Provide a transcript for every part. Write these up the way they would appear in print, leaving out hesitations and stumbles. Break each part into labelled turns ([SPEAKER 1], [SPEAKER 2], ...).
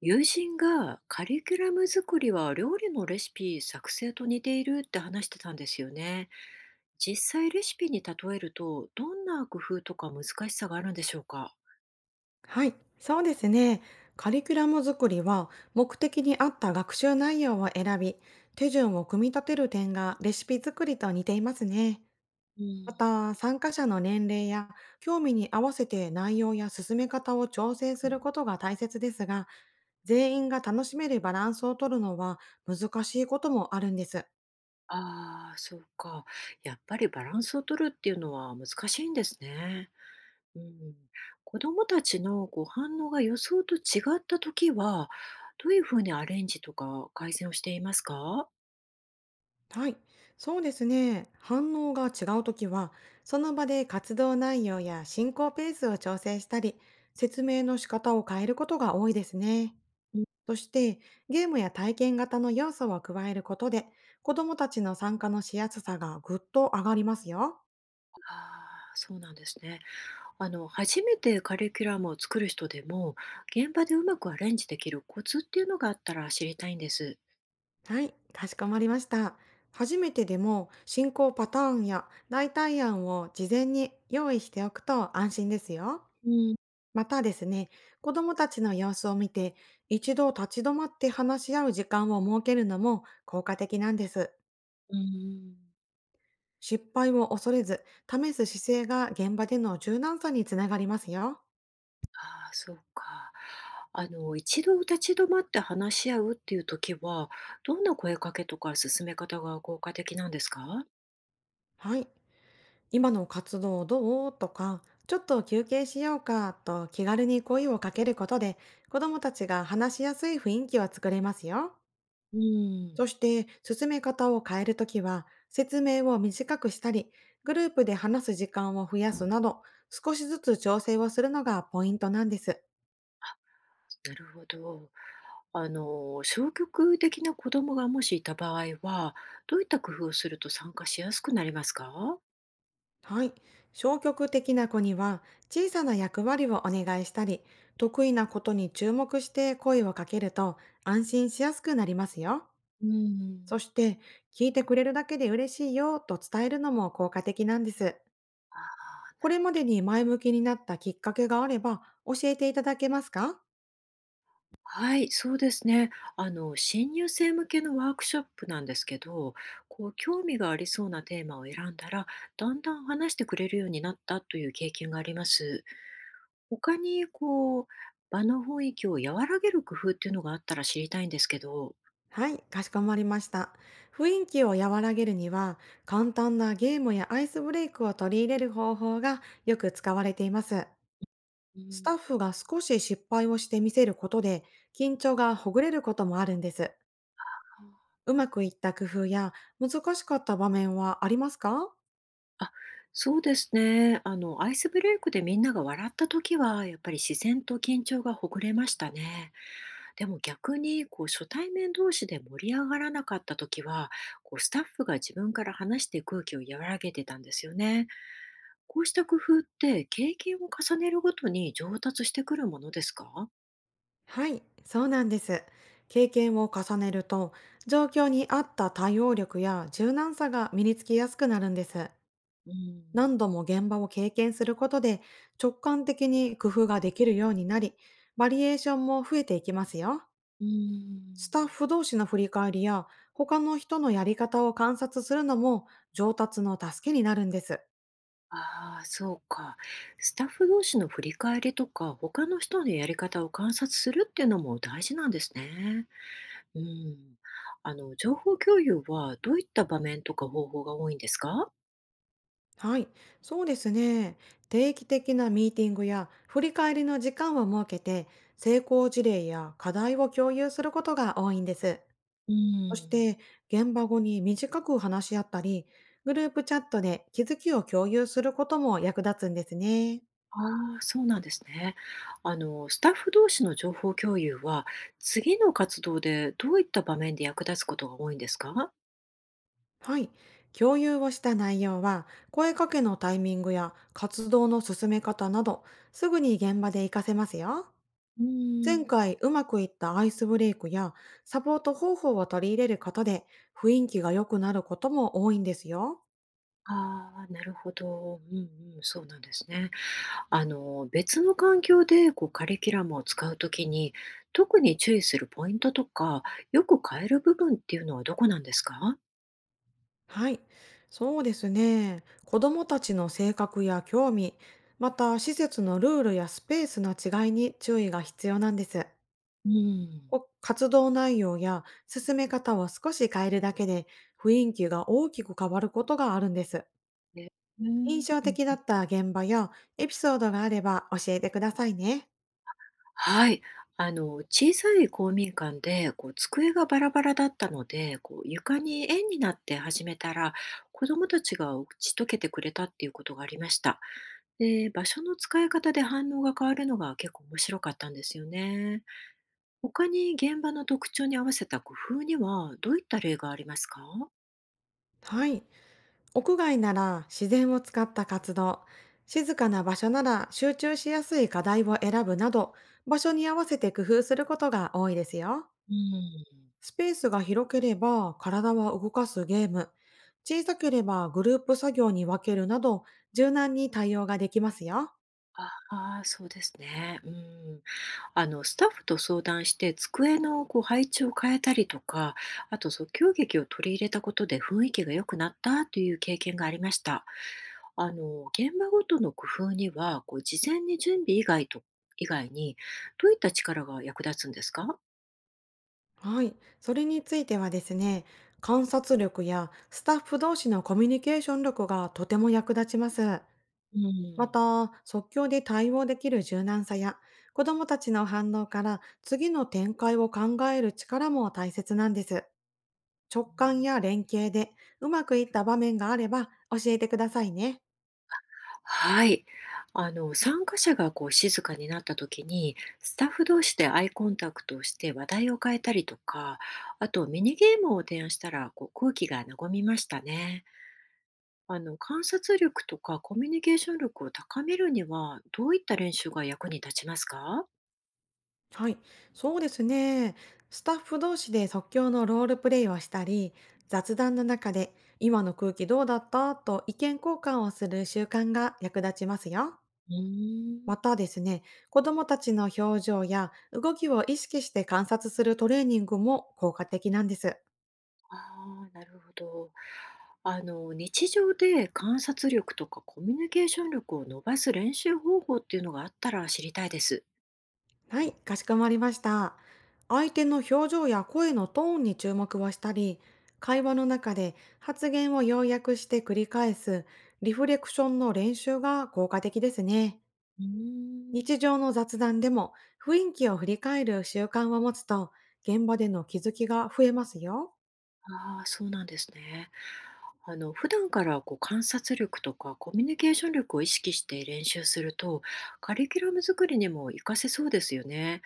[SPEAKER 1] 友人がカリキュラム作りは料理のレシピ作成と似ているって話してたんですよね。実際レシピに例えるとどんな工夫とか難しさがあるんでしょうか？
[SPEAKER 2] はい、そうですね。カリキュラム作りは目的に合った学習内容を選び、手順を組み立てる点がレシピ作りと似ていますね。
[SPEAKER 1] う
[SPEAKER 2] ま
[SPEAKER 1] ん。
[SPEAKER 2] た、参加者の年齢や興味に合わせて内容や進め方を調整することが大切ですが、全員が楽しめるバランスを取るのは難しいこともあるんです。
[SPEAKER 1] ああー、そうか。やっぱりバランスを取るっていうのは難しいんですね。うん。子どもたちの反応が予想と違った時はどういうふうにアレンジとか改善をしていますか？
[SPEAKER 2] はい、そうですね。反応が違うときは、その場で活動内容や進行ペースを調整したり、説明の仕方を変えることが多いですね。
[SPEAKER 1] うん。
[SPEAKER 2] そして、ゲームや体験型の要素を加えることで、子どもたちの参加のしやすさがぐっと上がりますよ。
[SPEAKER 1] ああー、そうなんですね。初めてカリキュラムを作る人でも、現場でうまくアレンジできるコツっていうのがあったら知りたいんです。
[SPEAKER 2] はい、かしこまりました。初めてでも進行パターンや代替案を事前に用意しておくと安心ですよ。
[SPEAKER 1] うん。
[SPEAKER 2] またですね、子供たちの様子を見て、一度立ち止まって話し合う時間を設けるのも効果的なんです。
[SPEAKER 1] うん。
[SPEAKER 2] 失敗を恐れず、試す姿勢が現場での柔軟さにつながりますよ。
[SPEAKER 1] ああ、そうか。一度立ち止まって話し合うっていう時は、どんな声かけとか進め方が効果的なんですか？
[SPEAKER 2] はい。今の活動どうとか、ちょっと休憩しようかと気軽に声をかけることで、子供たちが話しやすい雰囲気を作れますよ。
[SPEAKER 1] うん。
[SPEAKER 2] そして、進め方を変えるときは、説明を短くしたり、グループで話す時間を増やすなど、少しずつ調整をするのがポイントなんです。
[SPEAKER 1] なるほど。消極的な子供がもしいた場合は、どういった工夫をすると参加しやすくなりますか？
[SPEAKER 2] はい。消極的な子には、小さな役割をお願いしたり、得意なことに注目して声をかけると、安心しやすくなりますよ。
[SPEAKER 1] うん。
[SPEAKER 2] そして、聞いてくれるだけで嬉しいよと伝えるのも効果的なんです。
[SPEAKER 1] ああ、
[SPEAKER 2] こ
[SPEAKER 1] なる
[SPEAKER 2] れ
[SPEAKER 1] ほ
[SPEAKER 2] ま
[SPEAKER 1] ど。
[SPEAKER 2] でに前向きになったきっかけがあれば、教えていただけますか？
[SPEAKER 1] はい、そうですね。新入生向けのワークショップなんですけど、興味がありそうなテーマを選んだら、だんだん話してくれるようになったという経験があります。他に、場の雰囲気を和らげる工夫っていうのがあったら知りたいんですけど。
[SPEAKER 2] はい、かしこまりました。雰囲気を和らげるには、簡単なゲームやアイスブレイクを取り入れる方法がよく使われています。
[SPEAKER 1] う
[SPEAKER 2] ス
[SPEAKER 1] ん。
[SPEAKER 2] タッフが少し失敗をしてみせることで、緊張がほぐれることもあるんです。うまくいった工夫や難しかった場面はありますか？
[SPEAKER 1] あ、そうですね。アイスブレイクでみんなが笑った時は、やっぱり自然と緊張がほぐれましたね。でも逆に初対面同士で盛り上がらなかった時はスタッフが自分から話して空気を和らげてたんですよね。こうした工夫って経験を重ねるごとに上達してくるものですか？
[SPEAKER 2] はい、そうなんです。経験を重ねると、状況に合った対応力や柔軟さが身につきやすくなるんです。
[SPEAKER 1] うん。
[SPEAKER 2] 何度も現場を経験することで直感的に工夫ができるようになり、バリエーションも増えていきますよ。
[SPEAKER 1] うーん。
[SPEAKER 2] スタッフ同士の振り返りや他の人のやり方を観察するのも上達の助けになるんです。
[SPEAKER 1] ああ、そうか。スタッフ同士の振り返りとか、他の人のやり方を観察するっていうのも大事なんですね。うん。情報共有はどういった場面とか方法が多いんですか？
[SPEAKER 2] はい、そうですね。定期的なミーティングや振り返りの時間を設けて成功事例や課題を共有することが多いんです。
[SPEAKER 1] う
[SPEAKER 2] そし
[SPEAKER 1] ん。
[SPEAKER 2] て、現場後に短く話し合ったり、グループチャットで気づきを共有することも役立つんですね。
[SPEAKER 1] ああ、そうなんですね。スタッフ同士の情報共有は、次の活動でどういった場面で役立つことが多いんですか？
[SPEAKER 2] はい。共有をした内容は、声かけのタイミングや活動の進め方など、すぐに現場で活かせますよ。
[SPEAKER 1] うー
[SPEAKER 2] 前
[SPEAKER 1] ん。
[SPEAKER 2] 回うまくいったアイスブレイクやサポート方法を取り入れることで雰囲気が良くなることも多いんですよ。
[SPEAKER 1] ああ、なるほど。うん。うん、そうなんですね。別の環境でカリキュラムを使うときに、特に注意するポイントとか、よく変える部分っていうのはどこなんですか？
[SPEAKER 2] はい、そうですね。子どもたちの性格や興味、また施設のルールやスペースの違いに注意が必要なんです。
[SPEAKER 1] うーん。
[SPEAKER 2] こ活動内容や進め方を少し変えるだけで雰囲気が大きく変わることがあるんです。
[SPEAKER 1] ね。う
[SPEAKER 2] 印象的だ
[SPEAKER 1] ん。
[SPEAKER 2] った現場やエピソードがあれば教えてくださいね。
[SPEAKER 1] はい。小さい公民館で、机がバラバラだったので、床に円になって始めたら、子供たちが打ち解けてくれたっていうことがありました。で、場所の使い方で反応が変わるのが結構面白かったんですよね。他に現場の特徴に合わせた工夫には、どういった例がありますか？
[SPEAKER 2] はい。屋外なら自然を使った活動、静かな場所なら集中しやすい課題を選ぶなど、場所に合わせて工夫することが多いですよ。
[SPEAKER 1] うん。
[SPEAKER 2] スペースが広ければ体は動かすゲーム、小さければグループ作業に分けるなど、柔軟に対応ができますよ。
[SPEAKER 1] ああ、そうですね。うん。スタッフと相談して机の配置を変えたりとか、あと即興劇を取り入れたことで雰囲気が良くなったという経験がありました。現場ごとの工夫には、事前に準備以外と、以外に、どういった力が役立つんですか？
[SPEAKER 2] はい。それについてはですね、観察力やスタッフ同士のコミュニケーション力がとても役立ちます。
[SPEAKER 1] う
[SPEAKER 2] ま
[SPEAKER 1] ん。
[SPEAKER 2] た、即興で対応できる柔軟さや、子供たちの反応から次の展開を考える力も大切なんです。直感や連携でうまくいった場面があれば教えてくださいね。
[SPEAKER 1] はい。参加者が静かになった時に、スタッフ同士でアイコンタクトをして話題を変えたりとか、あとミニゲームを提案したら空気が和みましたね。観察力とかコミュニケーション力を高めるには、どういった練習が役に立ちますか？
[SPEAKER 2] はい、そうですね。スタッフ同士で即興のロールプレイをしたり、雑談の中で今の空気どうだったと意見交換をする習慣が役立ちますよ。
[SPEAKER 1] うーん。
[SPEAKER 2] またですね、子どもたちの表情や動きを意識して観察するトレーニングも効果的なんです。
[SPEAKER 1] ああ、なるほど。日常で観察力とかコミュニケーション力を伸ばす練習方法っていうのがあったら知りたいです。
[SPEAKER 2] はい、かしこまりました。相手の表情や声のトーンに注目をしたり、会話の中で発言を要約して繰り返すリフレクションの練習が効果的ですね。
[SPEAKER 1] うーん。
[SPEAKER 2] 日常の雑談でも雰囲気を振り返る習慣を持つと現場での気づきが増えますよ。
[SPEAKER 1] ああ、そうなんですね。普段から観察力とかコミュニケーション力を意識して練習すると、カリキュラム作りにも活かせそうですよね。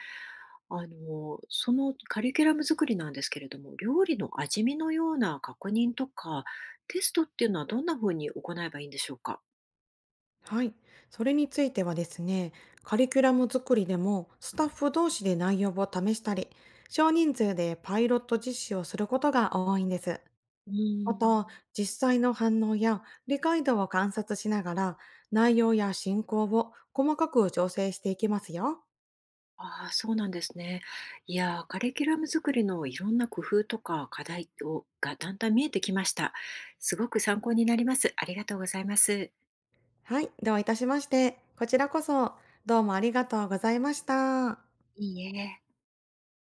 [SPEAKER 1] そのカリキュラム作りなんですけれども、料理の味見のような確認とか、テストっていうのはどんな風に行えばいいんでしょうか？
[SPEAKER 2] はい。それについてはですね、カリキュラム作りでもスタッフ同士で内容を試したり、少人数でパイロット実施をすることが多いんです。
[SPEAKER 1] うー
[SPEAKER 2] あと、
[SPEAKER 1] ん。
[SPEAKER 2] 実際の反応や理解度を観察しながら、内容や進行を細かく調整していきますよ。
[SPEAKER 1] ああ、そうなんですね。いやー、カリキュラム作りのいろんな工夫とか課題をがだんだん見えてきました。すごく参考になります。ありがとうございます。
[SPEAKER 2] はい。どういたしまして。こちらこそ、どうもありがとうございました。
[SPEAKER 1] いいえ。